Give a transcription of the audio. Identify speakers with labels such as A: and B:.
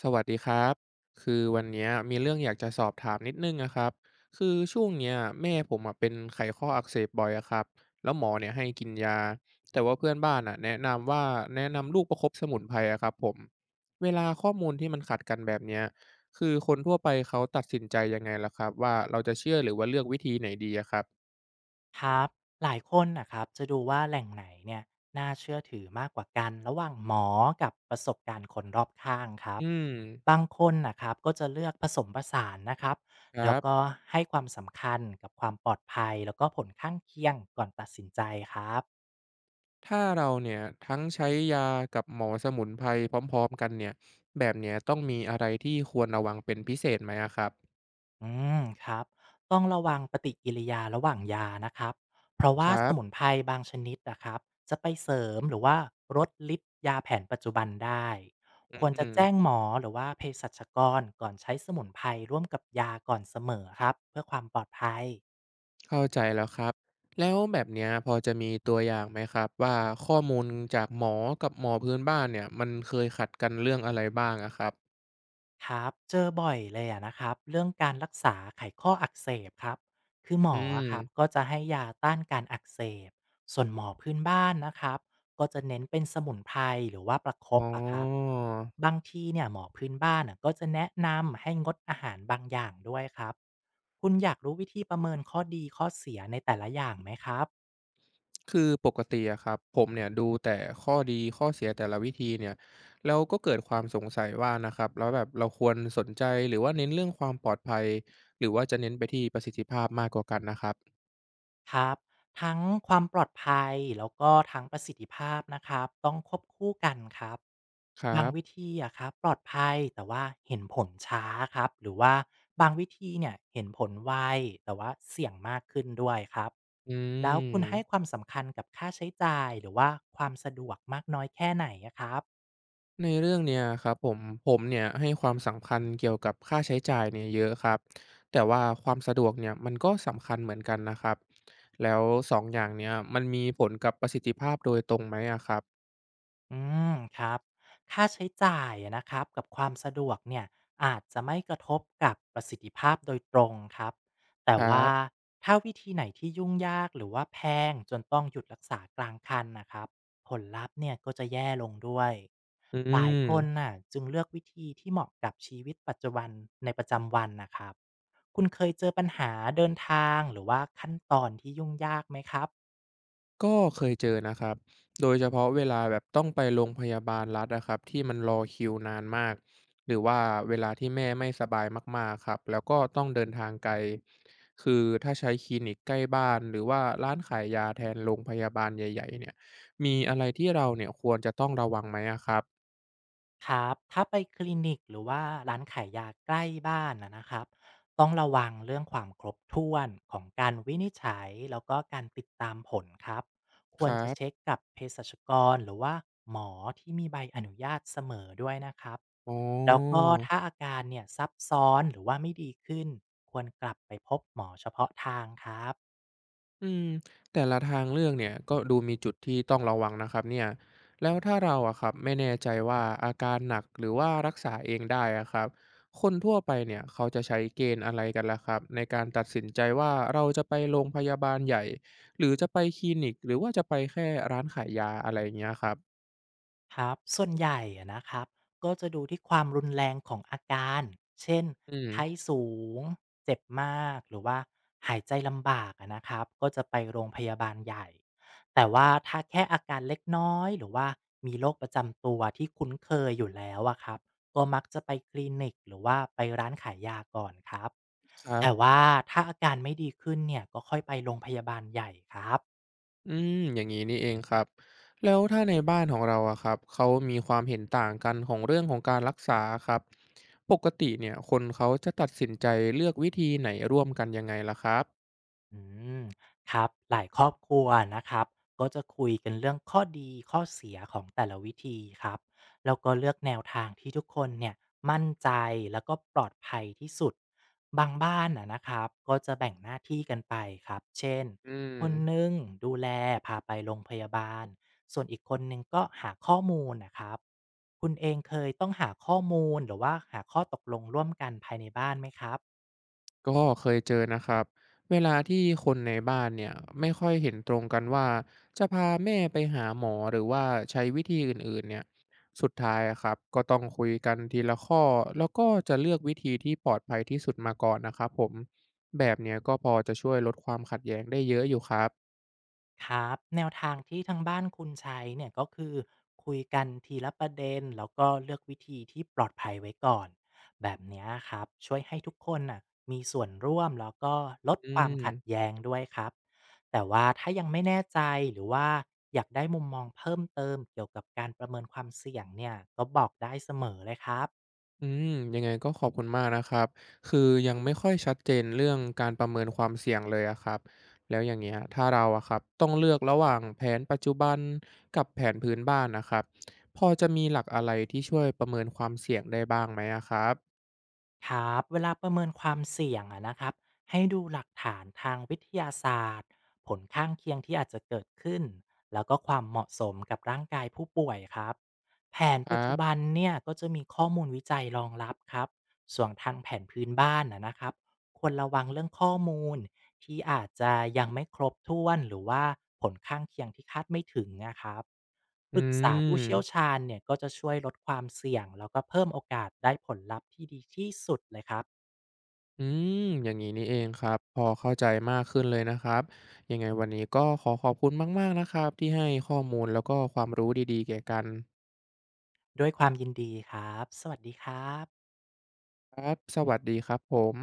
A: สวัสดีครับคือวันเนี้ยมีเรื่องอยากจะสอบถามนิดนึงนะครับคือช่วงเนี้ยแม่ผมอะเป็นไขข้ออักเสบบ่อยอะครับแล้วหมอเนี่ยให้กินยาแต่ว่าเพื่อนบ้านอะแนะนำว่าแนะนำลูกประคบสมุนไพรอะครับผมเวลาข้อมูลที่มันขัดกันแบบเนี้ยคือคนทั่วไปเขาตัดสินใจยังไงล่ะครับว่าเราจะเชื่อหรือว่าเลือกวิธีไหนดีอะครับ
B: ครับหลายคนนะครับจะดูว่าแหล่งไหนเนี่ยน่าเชื่อถือมากกว่ากันระหว่างหมอกับประสบการณ์คนรอบข้างครั
A: อื
B: บ
A: ม
B: บางคนนะครับก็จะเลือกผสมผสานนะครับ
A: ค
B: แล้
A: รั
B: ว
A: บ
B: ก็ให้ความสำคัญกับความปลอดภัยแล้วก็ผลข้างเคียงก่อนตัดสินใจครับ
A: ถ้าเราเนี่ยทั้งใช้ยากับหมอสมุนไพรพร้อมๆกันเนี่ยแบบเนี้ยต้องมีอะไรที่ควรระวังเป็นพิเศษไหมอะครับ
B: อืมครับต้องระวังปฏิกิริยาระหว่างยานะครับเพราะ
A: ค
B: ว่า
A: รั
B: สมุน
A: บ
B: ไพรบางชนิดนะครับจะไปเสริมหรือว่าลดฤทธิ์ยาแผนปัจจุบันได้
A: อื
B: ควรจะ
A: ม
B: แจ้งหมอหรือว่าเภสัชกรก่อนใช้สมุนไพรร่วมกับยาก่อนเสมอครับเพื่อความปลอดภัย
A: เข้าใจแล้วครับแล้วแบบเนี้ยพอจะมีตัวอย่างไหมครับว่าข้อมูลจากหมอกับหมอพื้นบ้านเนี่ยมันเคยขัดกันเรื่องอะไรบ้างอะครับ
B: ครับเจอบ่อยเลยอะนะครับเรื่องการรักษาไขข้ออักเสบครับคือหม
A: อื
B: ออะครับก็
A: ม
B: จะให้ยาต้านการอักเสบส่วนหมอพื้นบ้านนะครับก็จะเน้นเป็นสมุนไพรหรือว่าประค
A: อ๋
B: บ
A: อ
B: อะครับบางทีเนี่ยหมอพื้นบ้านอะก็จะแนะนำให้งดอาหารบางอย่างด้วยครับคุณอยากรู้วิธีประเมินข้อดีข้อเสียในแต่ละอย่างไหมครับ
A: คือปกติอะครับผมเนี่ยดูแต่ข้อดีข้อเสียแต่ละวิธีเนี่ยแล้วก็เกิดความสงสัยว่านะครับแล้วแบบเราควรสนใจหรือว่าเน้นเรื่องความปลอดภัยหรือว่าจะเน้นไปที่ประสิทธิภาพมากกว่ากันนะครับ
B: ครับทั้งความปลอดภัยแล้วก็ทั้งประสิทธิภาพนะครับต้องควบคู่กันครับ
A: ครั
B: บางวิ
A: บ
B: ธีอะครับปลอดภัยแต่ว่าเห็นผลช้าครับหรือว่าบางวิธีเนี่ยเห็นผลไวแต่ว่าเสี่ยงมากขึ้นด้วยครับ
A: อื
B: แล้วคุณให้ความ
A: ม
B: สำคัญกับค่าใช้จ่ายหรือว่าความสะดวกมากน้อยแค่ไหนอะครับ
A: ในเรื่องเนี่ยครับผมผมเนี่ยให้ความสำคัญเกี่ยวกับค่าใช้จ่ายเนี่ยเยอะครับแต่ว่าความสะดวกเนี่ยมันก็สำคัญเหมือนกันนะครับแล้วสองอย่างเนี่ยมันมีผลกับประสิทธิภาพโดยตรงไหมอะครับ
B: อืมครับค่าใช้จ่ายอะนะครับกับความสะดวกเนี่ยอาจจะไม่กระทบกับประสิทธิภาพโดยตรงครับแต่
A: ครั
B: ว่า
A: บ
B: ถ้าวิธีไหนที่ยุ่งยากหรือว่าแพงจนต้องหยุดรักษากลางคันนะครับผลลัพธ์เนี่ยก็จะแย่ลงด้วย
A: อื
B: หลายคน
A: ม
B: น่ะจึงเลือกวิธีที่เหมาะกับชีวิตปัจจุบันในประจำวันนะครับคุณเคยเจอปัญหาเดินทางหรือว่าขั้นตอนที่ยุ่งยากไหมครับ
A: ก็เคยเจอนะครับ โดยเฉพาะเวลาแบบต้องไปโรงพยาบาลรัฐอะครับที่มันรอคิวนานมาก หรือว่าเวลาที่แม่ไม่สบายมากๆครับ แล้วก็ต้องเดินทางไกล คือถ้าใช้คลินิกใกล้บ้านหรือว่าร้านขายยาแทนโรงพยาบาลใหญ่ๆเนี่ยมีอะไรที่เราเนี่ยควรจะต้องระวังไหมอะครับ
B: ครับถ้าไปคลินิกหรือว่าร้านขายยาใกล้บ้านนะครับต้องระวังเรื่องความครบถ้วนของการวินิจฉัยแล้วก็การติดตามผลครับค
A: ค
B: วร
A: รั
B: จะเช็ค
A: บ
B: กับเภสัชกรหรือว่าหมอที่มีใบอนุญาตเสมอด้วยนะครับ
A: อ๋อ
B: แล้วก็ถ้าอาการเนี่ยซับซ้อนหรือว่าไม่ดีขึ้นควรกลับไปพบหมอเฉพาะทางครับ
A: อืมแต่ละทางเลือกเนี่ยก็ดูมีจุดที่ต้องระวังนะครับเนี่ยแล้วถ้าเราอะครับไม่แน่ใจว่าอาการหนักหรือว่ารักษาเองได้อะครับคนทั่วไปเนี่ยเขาจะใช้เกณฑ์อะไรกันล่ะครับในการตัดสินใจว่าเราจะไปโรงพยาบาลใหญ่หรือจะไปคลินิกหรือว่าจะไปแค่ร้านขายยาอะไรอย่างเงี้ยครับ
B: ครับส่วนใหญ่อะนะครับก็จะดูที่ความรุนแรงของอาการเช่น
A: อืม
B: ไข้สูงเจ็บมากหรือว่าหายใจลำบากอะนะครับก็จะไปโรงพยาบาลใหญ่แต่ว่าถ้าแค่อาการเล็กน้อยหรือว่ามีโรคประจำตัวที่คุ้นเคยอยู่แล้วอะครับก็มักจะไปคลินิกหรือว่าไปร้านขายยาก่อนครับ
A: ครั
B: แต่
A: บ
B: ว่าถ้าอาการไม่ดีขึ้นเนี่ยก็ค่อยไปโรงพยาบาลใหญ่ครับ
A: อืมอย่างงี้นี่เองครับแล้วถ้าในบ้านของเราอะครับเขามีความเห็นต่างกันของเรื่องของการรักษาครับปกติเนี่ยคนเขาจะตัดสินใจเลือกวิธีไหนร่วมกันยังไงล่ะครับ
B: อืมครับหลายครอบครัวนะครับก็จะคุยกันเรื่องข้อดีข้อเสียของแต่ละวิธีครับแล้วก็เลือกแนวทางที่ทุกคนเนี่ยมั่นใจแล้วก็ปลอดภัยที่สุดบางบ้านนะครับก็จะแบ่งหน้าที่กันไปครับเช่น
A: อื
B: ค
A: ม
B: นหนึ่งดูแลพาไปโรงพยาบาลส่วนอีกคนหนึ่งก็หาข้อมูลนะครับคุณเองเคยต้องหาข้อมูลหรือว่าหาข้อตกลงร่วมกันภายในบ้านไหมครับ
A: ก็เคยเจอนะครับเวลาที่คนในบ้านเนี่ยไม่ค่อยเห็นตรงกันว่าจะพาแม่ไปหาหมอหรือว่าใช้วิธีอื่นๆเนี่ยสุดท้ายอะครับก็ต้องคุยกันทีละข้อแล้วก็จะเลือกวิธีที่ปลอดภัยที่สุดมาก่อนนะครับผมแบบเนี้ยก็พอจะช่วยลดความขัดแย้งได้เยอะอยู่ครับ
B: ครับแนวทางที่ทางบ้านคุณใช้เนี่ยก็คือคุยกันทีละประเด็นแล้วก็เลือกวิธีที่ปลอดภัยไว้ก่อนแบบเนี้ยครับช่วยให้ทุกคนน่ะมีส่วนร่วมแล้วก็ลด
A: อื
B: ความขัด
A: ม
B: แย้งด้วยครับแต่ว่าถ้ายังไม่แน่ใจหรือว่าอยากได้มุมมองเพิ่มเติมเกี่ยวกับการประเมินความเสี่ยงเนี่ยก็บอกได้เสมอเลยครับ
A: อืมยังไงก็ขอบคุณมากนะครับ คือยังไม่ค่อยชัดเจนเรื่องการประเมินความเสี่ยงเลยอะครับ แล้วอย่างเงี้ยถ้าเราอะครับต้องเลือกระหว่างแผนปัจจุบันกับแผนพื้นบ้านนะครับพอจะมีหลักอะไรที่ช่วยประเมินความเสี่ยงได้บ้างไหมอะครับ
B: ครับเวลาประเมินความเสี่ยงอะนะครับให้ดูหลักฐานทางวิทยาศาสตร์ผลข้างเคียงที่อาจจะเกิดขึ้นแล้วก็ความเหมาะสมกับร่างกายผู้ป่วยครับแผน
A: ค
B: ปัจ
A: รั
B: จุบั
A: บ
B: นเนี่ยก็จะมีข้อมูลวิจัยรองรับครับส่วนทางแผนพื้นบ้านนะครับ ควรระวังเรื่องข้อมูลที่อาจจะยังไม่ครบถ้วนหรือว่าผลข้างเคียงที่คาดไม่ถึงนะครับ
A: อื
B: ปรึกษาผู้เชี่ยว
A: ม
B: ชาญเนี่ยก็จะช่วยลดความเสี่ยงแล้วก็เพิ่มโอกาสได้ผลลัพธ์ที่ดีที่สุดเลยครับ
A: อืมอย่างนี้นี่เองครับพอเข้าใจมากขึ้นเลยนะครับยังไงวันนี้ก็ขอขอบคุณมากๆนะครับที่ให้ข้อมูลแล้วก็ความรู้ดีๆแก่กัน
B: ด้วยความยินดีครับสวัสดีครับ
A: ครับสวัสดีครับผม